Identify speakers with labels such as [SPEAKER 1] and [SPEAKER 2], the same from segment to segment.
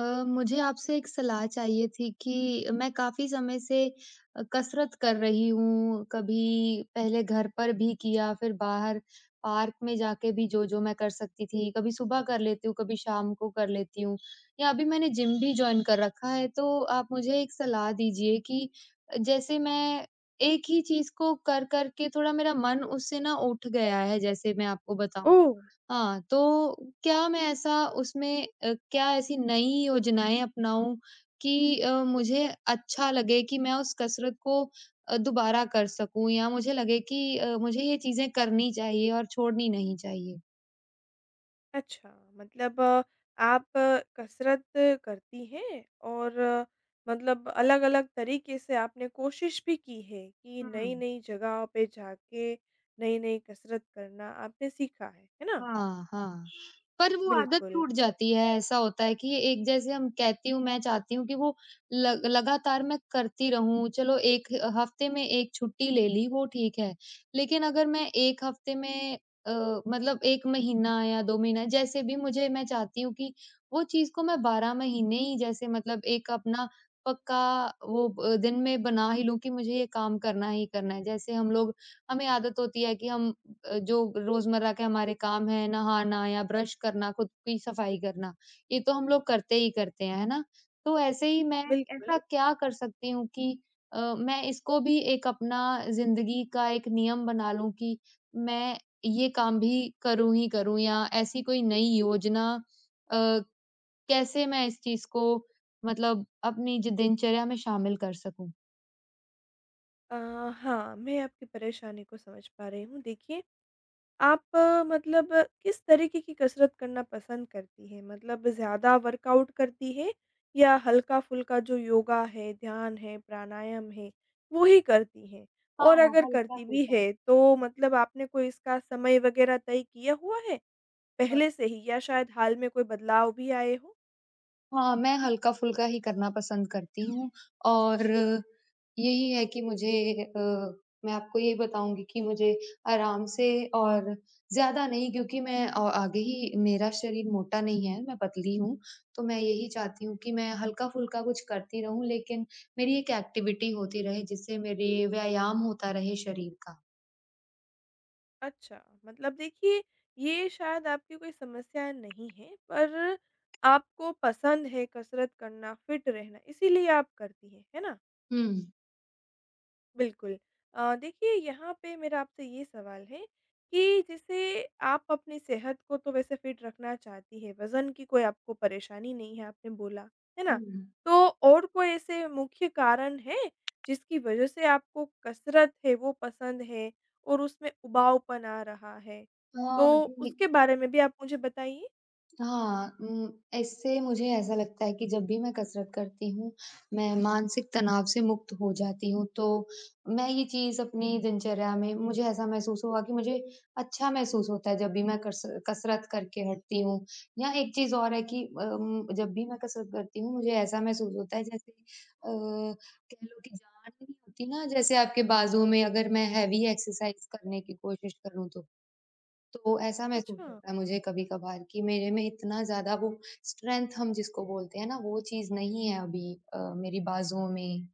[SPEAKER 1] अ, मुझे आपसे एक सलाह चाहिए थी कि मैं काफ़ी समय से कसरत कर रही हूँ। कभी पहले घर पर भी किया, फिर बाहर पार्क में जाके भी जो-जो मैं कर सकती थी, कभी सुबह कर लेती हूँ, कभी शाम को कर लेती हूँ या अभी मैंने जिम भी जॉइन कर रखा है। तो आप मुझे एक सलाह दीजिए कि जैसे मैं एक ही चीज़ को कर-कर के थोड़ा मेरा मन उससे ना उठ गया है, जैसे मैं आपको बताऊँ।
[SPEAKER 2] ओह!
[SPEAKER 1] हाँ, तो क्या मैं ऐसा उसमें क्या ऐसी नई योजनाएँ अपनाऊँ कि मुझे अच्छा लगे कि मैं उस कसरत को दोबारा कर सकूँ या मुझे लगे कि मुझे ये चीज़ें करनी चाहिए और छोड़नी नहीं चाहिए?
[SPEAKER 2] अच्छा, मतलब आप कसरत करती हैं और मतलब अलग-अलग तरीके से आपने कोशिश भी की है कि
[SPEAKER 1] हुँ,
[SPEAKER 2] नई-नई जगह पे जाके नई-नई कसरत करना आपने सीखा है ना?
[SPEAKER 1] हाँ। हाँ, हाँ। पर वो आदत
[SPEAKER 2] बिल्कुल,
[SPEAKER 1] छूट जाती है, ऐसा होता है कि एक जैसे हम कहती हूँ मैं चाहती हूँ कि वो ल लगातार मैं करती रहूँ, चलो 1 हफ्ते में 1 छुट्टी ले ली वो ठीक है। लेकिन अगर मैं 1 हफ्ते में मतलब 1 महीना या 2 महीना जैसे भी मुझे मैं चाहती हूँ कि वो चीज़ को मैं 12 महीने ही जैसे मतलब एक अपना पक्का वो ब दिन में बना ही लूँ कि मुझे ये काम करना ही करना है। जैसे हम लोग हमें आदत होती है कि हम जो रोजमर्रा के हमारे काम है नहाना या ब्रश करना, खुद की सफाई करना, ये तो हम लोग करते ही करते हैं, है ना? तो ऐसे ही मैं
[SPEAKER 2] बिल्कुल।
[SPEAKER 1] ऐसा क्या कर सकती हूँ कि मैं इसको भी एक अपना ज़िंदगी का एक नियम बना लूँ कि मैं ये काम भी करूँ ही करूँ या ऐसी कोई नई योजना अ, कैसे मैं इस चीज़ को मतलब अपनी ज दिनचर्या में शामिल कर सकूँ?
[SPEAKER 2] अ, हाँ, मैं आपकी परेशानी को समझ पा रही हूँ। देखिए, आप मतलब किस तरीके की कसरत करना पसंद करती हैं? मतलब, ज़्यादा वर्कआउट करती हैं या हल्का-फुल्का जो योगा है, ध्यान है, प्राणायाम है, वो ही करती हैं? और
[SPEAKER 1] हाँ,
[SPEAKER 2] अगर करती भी
[SPEAKER 1] हल्का-फुल्का।
[SPEAKER 2] है, तो मतलब आपने कोई इसका समय वगैरह तय किया हुआ है पहले से ही या शायद हाल में कोई बदलाव भी आए हों?
[SPEAKER 1] हाँ, मैं हल्का-फुल्का ही करना पसंद करती हूँ और यही है कि मुझे अ, मैं आपको ये बताऊँगी कि मुझे आराम से और ज़्यादा नहीं क्योंकि मैं आगे ही मेरा शरीर मोटा नहीं है, मैं पतली हूँ, तो मैं यही चाहती हूँ कि मैं हल्का-फुल्का कुछ करती रहूँ लेकिन मेरी एक एक्टिविटी होती रहे जिससे मेरे व्यायाम होता रहे शरीर का।
[SPEAKER 2] अच्छा, मतलब देखिए, ये शायद आपकी कोई समस्या नहीं है, पर आपको पसंद है कसरत करना, फिट रहना, इसीलिए आप करती हैं, है ना?
[SPEAKER 1] हुँ।
[SPEAKER 2] बिल्कुल। देखिए, यहाँ पे मेरा आपसे ये सवाल है कि जैसे आप अपनी सेहत को तो वैसे फिट रखना चाहती हैं, वज़न की कोई आपको परेशानी नहीं है आपने बोला, है ना?
[SPEAKER 1] हुँ।
[SPEAKER 2] तो और कोई ऐसे मुख्य कारण हैं जिसकी वज़ह से आपको कसरत है वो पसंद है और उसमें उबाऊपन आ रहा है?
[SPEAKER 1] हाँ,
[SPEAKER 2] तो
[SPEAKER 1] कि
[SPEAKER 2] उसके बारे में भी आप मुझे बताइए।
[SPEAKER 1] हाँ, इससे मुझे ऐसा लगता है कि जब भी मैं कसरत करती हूँ, मैं मानसिक तनाव से मुक्त हो जाती हूँ। तो मैं ये चीज़ अपनी दिनचर्या में मुझे ऐसा महसूस हुआ कि मुझे अच्छा महसूस होता है, जब भी मैं कस कसरत करके हटती हूँ। या एक चीज़ और है कि जब भी मैं कसरत करती हूँ, मुझे ऐसा महसूस होता है जैसे कह लो कि जान नहीं होती ना, जैसे आपके बाजू में अगर मैं हेवी एक्सरसाइज़ करने की कोशिश करूँ तो। तो ऐसा महसूस
[SPEAKER 2] अच्छा।
[SPEAKER 1] होता है मुझे कभी-कभार कि मेरे में इतना ज़्यादा वो स्ट्रेंथ हम जिसको बोलते हैं ना, वो चीज़ नहीं है अभी मेरी बाजुओं में।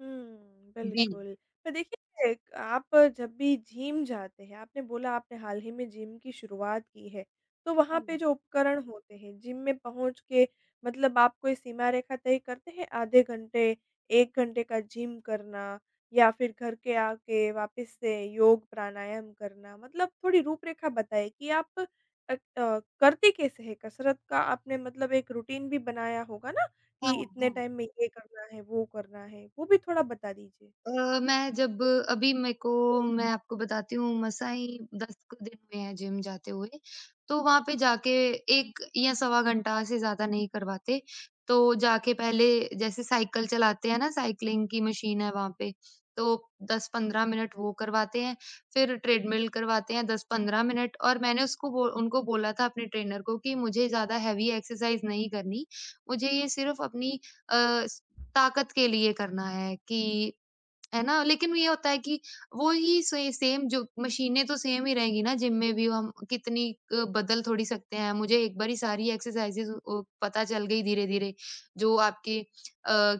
[SPEAKER 2] हुँ,
[SPEAKER 1] जी।
[SPEAKER 2] बिल्कुल। पर देखिए, एक आप जब भी जिम जाते हैं, आपने बोला आपने हाल ही में जिम की शुरुआत की है, तो वहाँ पे
[SPEAKER 1] हाँ,
[SPEAKER 2] जो उपकरण होते हैं, जिम में पहुँच के मतलब आप कोई सीमा रेखा तय करते हैं आधे घंटे, 1 घंटे का जिम करना या फिर घर के आके वापस से योग प्राणायाम करना? मतलब, थोड़ी रूपरेखा बताइए कि आप अ अ, करते कैसे हैं कसरत का आपने मतलब एक रूटीन भी बनाया होगा ना? कि
[SPEAKER 1] हाँ,
[SPEAKER 2] इतने
[SPEAKER 1] हाँ।
[SPEAKER 2] टाइम में ये करना है, वो भी थोड़ा बता दीजिए?
[SPEAKER 1] मैं जब अभी मेरे को मैं आपको बताती हूँ मसाई 10 क दिन हुए हैं जिम जाते हुए, तो वहाँ पे जाके 1 या सवा घंटा से ज़्यादा नहीं करवाते। तो जाके पहले जैसे साइकिल चलाते हैं ना, साइक्लिंग की मशीन है वहाँ पे, तो 10-15 मिनट वो करवाते हैं, फिर ट्रेडमिल करवाते हैं 10-15 मिनट और मैंने उसको बो उनको बोला था अपने ट्रेनर को कि मुझे ज़्यादा हेवी एक्सरसाइज़ नहीं करनी, मुझे ये सिर्फ़ अपनी अ, स ताकत के लिए करना है कि है ना? लेकिन ये होता है कि वो ही से सेम जो मशीनें तो सेम ही रहेंगी ना जिम में भी हम कितनी बदल थोड़ी सकते हैं। मुझे एक बारी सारी एक्सरसाइज़ेज़ पता चल गई धीरे-धीरे जो आपके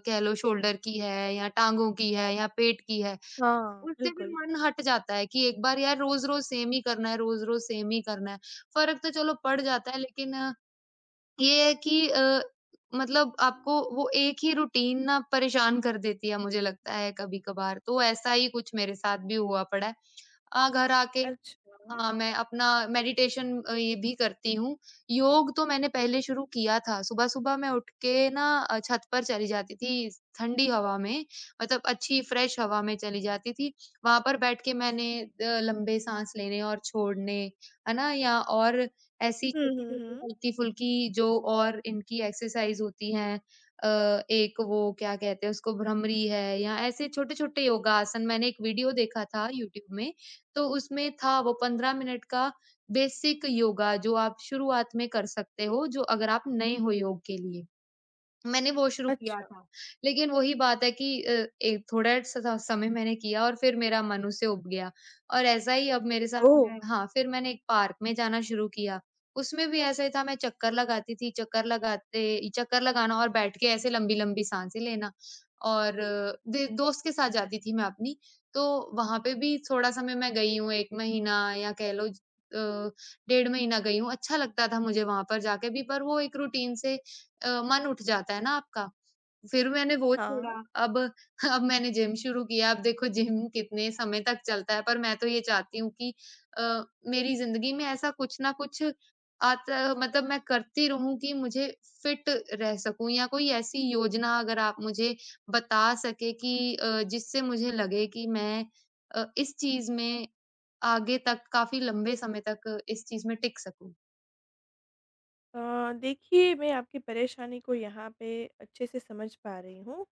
[SPEAKER 1] कह लो शोल्डर की है या टाँगों की है या पेट की है।
[SPEAKER 2] हाँ,
[SPEAKER 1] उससे फिर
[SPEAKER 2] बिल्कुल।
[SPEAKER 1] मन हट जाता है कि एक बार यार रोज़-रोज़ सेम ही करना है, रोज़-रोज़ सेम ही करना है। फ़र्क तो चलो पड़ जाता है लेकिन ये है कि मतलब आपको वो एक ही रूटीन ना परेशान कर देती है मुझे लगता है कभी-कभार, तो ऐसा ही कुछ मेरे साथ भी हुआ पड़ा है। घर आके
[SPEAKER 2] अच्छा।
[SPEAKER 1] हाँ, मैं अपना मेडिटेशन ये भी करती हूँ। योग तो मैंने पहले शुरू किया था। सुबह-सुबह मैं उठ के ना छत पर चली जाती थी ठंडी हवा में, मतलब अच्छी फ्रेश हवा में चली जाती थी। वहाँ पर बैठ के मैंने लंबे साँस लेने और छोड़ने, है ना? या और ऐसी
[SPEAKER 2] हुँ, हुँ,
[SPEAKER 1] छोटी-छोटी,
[SPEAKER 2] हुँ।
[SPEAKER 1] हल्की-फुल्की जो और इनकी एक्सरसाइज होती हैं अ, एक वो क्या कहते हैं उसको भ्रमरी है या ऐसे छोटे-छोटे योगासन मैंने एक वीडियो देखा था यूट्यूब में तो उसमें था वो 15 मिनट का बेसिक योगा जो आप शुरुआत में कर सकते हो, जो अगर आप नए हो योग के लिए। मैंने वो शुरू किया
[SPEAKER 2] अच्छा,
[SPEAKER 1] था। लेकिन वही बात है कि एक थोड़ा स समय मैंने किया और फिर मेरा मन उससे ऊब गया और ऐसा ही अब मेरे साथ
[SPEAKER 2] ओह!
[SPEAKER 1] में हाँ, फिर मैंने एक पार्क में जाना शुरू किया। उसमें भी ऐसा ही था मैं चक्कर लगाती थी, चक्कर लगाते चक्कर लगाना और बैठ के ऐसे लंबी-लंबी साँसें लेना और अ, दे दोस्त के साथ जाती थी मैं अपनी, तो वहाँ पे भी थोड़ा समय मैं गई हूँ 1 महीना या कह लो डेढ़ महीना गई हूँ। अच्छा लगता था मुझे वहाँ पर जाके भी पर वो एक रूटीन से मन उठ जाता है ना आपका। फिर मैंने वो छोड़ा,
[SPEAKER 2] हाँ।
[SPEAKER 1] अब अब मैंने जिम शुरू किया, अब देखो जिम कितने समय तक चलता है, पर मैं तो ये चाहती हूँ कि मेरी ज़िंदगी में ऐसा कुछ ना कुछ आता मतलब मैं करती रहूँ कि मुझे फिट रह सकूँ या कोई ऐसी योजना अगर आप मुझे बता सकें कि जिससे मुझे लगे कि मैं इस चीज़ में आगे तक काफ़ी लंबे समय तक इस चीज़ में टिक सकूँ।
[SPEAKER 2] देखिए, मैं आपकी परेशानी को यहाँ पे अच्छे से समझ पा रही हूँ।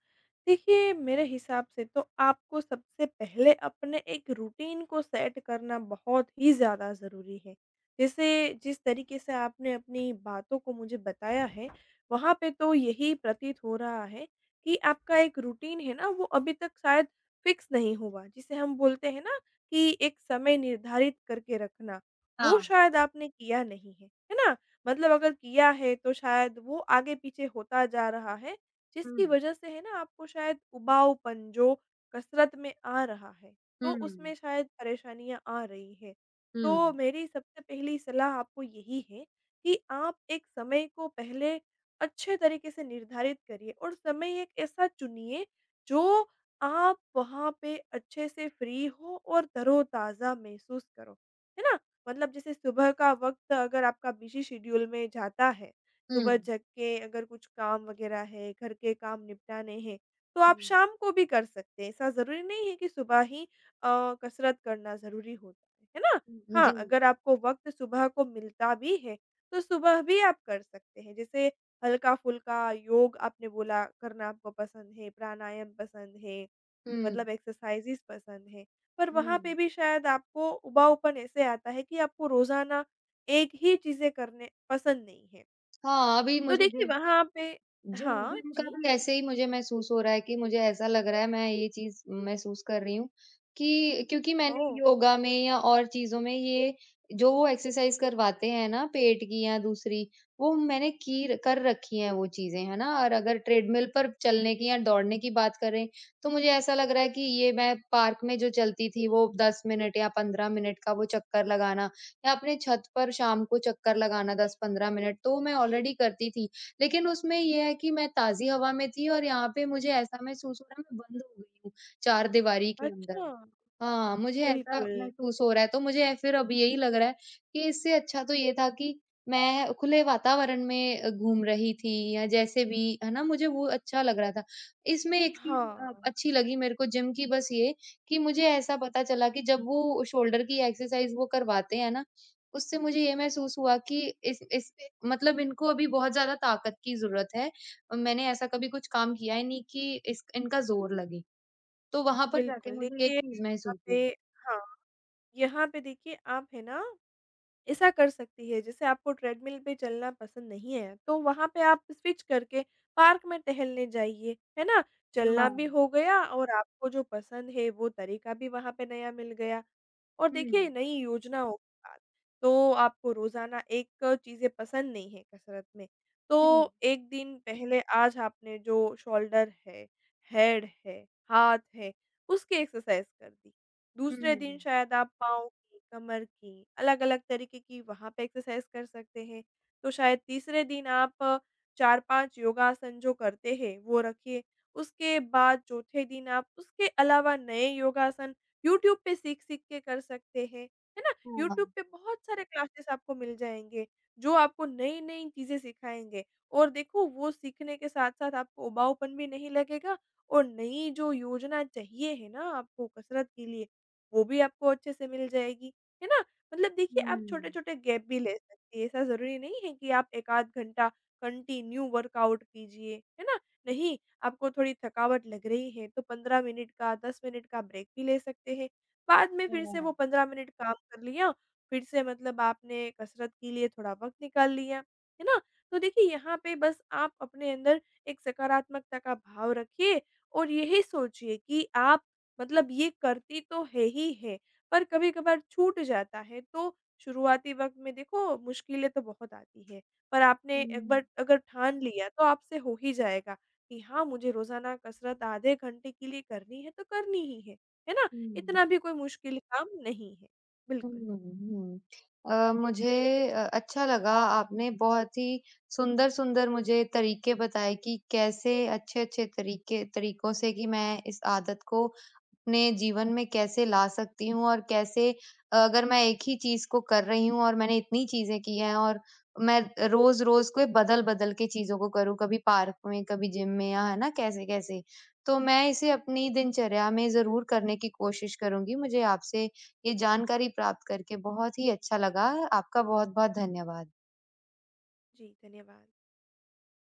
[SPEAKER 2] देखिए, मेरे हिसाब से तो आपको सबसे पहले अपने एक रूटीन को सेट करना बहुत ही ज़्यादा ज़रूरी है। जैसे जिस तरीके से आपने अपनी बातों को मुझे बताया है, वहाँ पे तो यही प्रतीत हो रहा है कि आपका एक रूटीन है ना वो अभी तक शायद फ़िक्स नहीं हुआ। जिसे हम बोलते हैं ना कि एक समय निर्धारित करके रखना, वो
[SPEAKER 1] हाँ।
[SPEAKER 2] शायद आपने किया नहीं है। है ना? मतलब अगर किया है तो शायद वो आगे-पीछे होता जा रहा है,
[SPEAKER 1] हुँ।
[SPEAKER 2] जिसकी वजह से है ना आपको शायद उबाऊपन जो कसरत में आ रहा है, तो
[SPEAKER 1] हुँ।
[SPEAKER 2] उसमें शायद परेशानियाँ आ रही हैं।
[SPEAKER 1] हुँ।
[SPEAKER 2] तो मेरी सबसे पहली सलाह आपको यही है कि आप एक समय को पहले अच्छे तरीके से निर्धारित करिए और समय एक ऐसा चुनिए जो आप वहाँ पे अच्छे से फ्री हो और तरोताज़ा महसूस करो, है ना? मतलब जैसे सुबह का वक़्त अगर आपका बिज़ी शेड्यूल में जाता है,
[SPEAKER 1] हुँ।
[SPEAKER 2] सुबह जग के अगर कुछ काम वग़ैरह है, घर के काम निपटाने हैं, तो आप
[SPEAKER 1] हुँ,
[SPEAKER 2] शाम को भी कर सकते हैं। ऐसा ज़रूरी नहीं है कि सुबह ही अ, कसरत करना ज़रूरी होता है ना?
[SPEAKER 1] हुँ,
[SPEAKER 2] हाँ,
[SPEAKER 1] जी।
[SPEAKER 2] अगर आपको वक़्त सुबह को मिलता भी है, तो सुबह भी आप कर सकते हैं। जैसे हल्का-फुल्का योग आपने बोला करना आपको पसंद है, प्राणायाम पसंद है।
[SPEAKER 1] हुँ,
[SPEAKER 2] मतलब एक्सरसाइज़ेज़ पसंद हैं। पर वहाँ पे
[SPEAKER 1] हुँ।
[SPEAKER 2] भी शायद आपको उबाऊपन ऐसे आता है कि आपको रोज़ाना एक ही चीज़ें करने पसंद नहीं है।
[SPEAKER 1] हाँ, अभी
[SPEAKER 2] तो
[SPEAKER 1] मुझे
[SPEAKER 2] देखिए,
[SPEAKER 1] जी
[SPEAKER 2] वहाँ पे
[SPEAKER 1] जिम
[SPEAKER 2] हाँ,
[SPEAKER 1] जिम का
[SPEAKER 2] जी।
[SPEAKER 1] भी ऐसे ही मुझे महसूस हो रहा है कि मुझे ऐसा लग रहा है मैं ये चीज़ महसूस कर रही हूँ कि क्योंकि मैंने
[SPEAKER 2] ओह!
[SPEAKER 1] योगा में या और चीज़ों में ये जो वो एक्सरसाइज़ करवाते हैं ना पेट की या दूसरी, वो मैंने की कर रखी हैं वो चीज़ें, है ना? और अगर ट्रेडमिल पर चलने की या दौड़ने की बात करें, तो मुझे ऐसा लग रहा है कि ये मैं पार्क में जो चलती थी वो 10 मिनट या 15 मिनट का वो चक्कर लगाना या अपने छत पर शाम को चक्कर लगाना 10-15 मिनट, तो मैं ऑलरेडी करती थी। लेकिन उसमें ये है कि मैं ताज़ी हवा में थी और यहाँ पे मुझे ऐसा महसूस हो रहा है मैं बंद हो गई हूँ चारदीवारी के अंदर।
[SPEAKER 2] अच्छा,
[SPEAKER 1] हाँ, मुझे ऐसा
[SPEAKER 2] बिल्कुल।
[SPEAKER 1] महसूस हो रहा है तो मुझे फिर अब यही लग रहा है कि इससे अच्छा तो ये था कि मैं खुले वातावरण में घूम रही थी या जैसे भी, है ना? मुझे वो अच्छा लग रहा था। इसमें एक चीज़
[SPEAKER 2] हाँ,
[SPEAKER 1] अच्छी लगी मेरे को जिम की बस ये कि मुझे ऐसा पता चला कि जब वो शोल्डर की एक्सरसाइज़ वो करवाते हैं ना, उससे मुझे ये महसूस हुआ कि इस मतलब इनको अभी बहुत ज़्यादा ताकत की ज़रूरत है। मैंने ऐसा कभी कुछ काम किया ही नहीं कि इस इनका ज़ोर लगे। तो वहाँ पर जाके
[SPEAKER 2] बिल्कुल
[SPEAKER 1] मुझे ये
[SPEAKER 2] देखिए,
[SPEAKER 1] चीज़
[SPEAKER 2] यहाँ
[SPEAKER 1] महसूस हुई।
[SPEAKER 2] पे हाँ, यहाँ पे देखिए आप है ना ऐसा कर सकती है, जैसे आपको ट्रेडमिल पे चलना पसंद नहीं है, तो वहाँ पे आप स्विच करके पार्क में टहलने जाइए, है ना? चलना
[SPEAKER 1] हाँ।
[SPEAKER 2] भी हो गया और आपको जो पसंद है, वो तरीका भी वहाँ पे नया मिल गया। और
[SPEAKER 1] हुँ,
[SPEAKER 2] देखिए, नई योजनाओं के बाद तो आपको रोज़ाना एक चीज़ें पसंद नहीं है कसरत में,
[SPEAKER 1] हुँ,
[SPEAKER 2] तो 1 दिन पहले आज आपने जो शोल्डर है, हेड है, हाथ है, उसकी एक्सरसाइज़ कर दी। दूसरे दिन
[SPEAKER 1] हुँ,
[SPEAKER 2] शायद आप पाँव की, कमर की, अलग-अलग तरीके की वहाँ पे एक्सरसाइज़ कर सकते हैं। तो शायद तीसरे दिन आप 4-5 योगासन जो करते हैं, वो रखिए। उसके बाद चौथे दिन आप उसके अलावा नए योगासन यूट्यूब पे सीख-सीख के कर सकते हैं, है ना?
[SPEAKER 1] हाँ,
[SPEAKER 2] यूट्यूब पे बहुत सारे क्लासेस आपको मिल जाएँगे, जो आपको नई-नई चीज़ें सिखाएँगे और देखो वो सीखने के साथ-साथ आपको उबाऊपन भी नहीं लगेगा और नई जो योजना चाहिए है ना आपको कसरत के लिए वो भी आपको अच्छे से मिल जाएगी, है ना? मतलब देखिए, आप
[SPEAKER 1] हुँ,
[SPEAKER 2] छोटे-छोटे गैप भी ले सकती हैं, ऐसा ज़रूरी नहीं है कि आप 1 आध घंटा कंटिन्यू वर्कआउट कीजिए, है ना? नहीं, आपको थोड़ी थकावट लग रही है तो 15 मिनट का, 10 मिनट का ब्रेक भी ले सकते हैं। बाद में फिर से वो
[SPEAKER 1] हाँ,
[SPEAKER 2] 15 मिनट काम कर लिया, फिर से मतलब आपने कसरत के लिए थोड़ा वक़्त निकाल लिया, है ना? तो देखिए, यहाँ पे बस आप अपने अंदर एक सकारात्मकता का भाव रखिए और यही सोचिए कि आप मतलब ये करती तो है ही है, पर कभी-कभार छूट जाता है, तो शुरुआती वक़्त में देखो मुश्किलें तो बहुत आती हैं, पर आपने एक
[SPEAKER 1] हुँ,
[SPEAKER 2] बार अगर ठान लिया तो आपसे हो ही जाएगा कि हाँ, मुझे रोज़ाना कसरत आधे घंटे के लिए करनी है, तो करनी ही है ना? इतना भी कोई मुश्किल काम नहीं है।
[SPEAKER 1] हुँ,
[SPEAKER 2] बिल्कुल।
[SPEAKER 1] हुँ, हुँ। मुझे अच्छा लगा आपने बहुत ही सुंदर-सुंदर मुझे तरीके बताए कि कैसे अच्छे-अच्छे तरीके तरीकों से कि मैं इस आदत को अपने जीवन में कैसे ला सकती हूँ और कैसे अगर मैं एक ही चीज़ को कर रही हूँ और मैंने इतनी चीज़ें की हैं और मैं रोज़-रोज़ को बदल-बदल के चीज़ों को करूँ, कभी पार्क में, कभी जिम में या है ना कैसे-कैसे। तो मैं इसे अपनी दिनचर्या में ज़रूर करने की कोशिश करूँगी। मुझे आपसे ये जानकारी प्राप्त करके बहुत ही अच्छा लगा। आपका बहुत-बहुत धन्यवाद।
[SPEAKER 2] जी, धन्यवाद।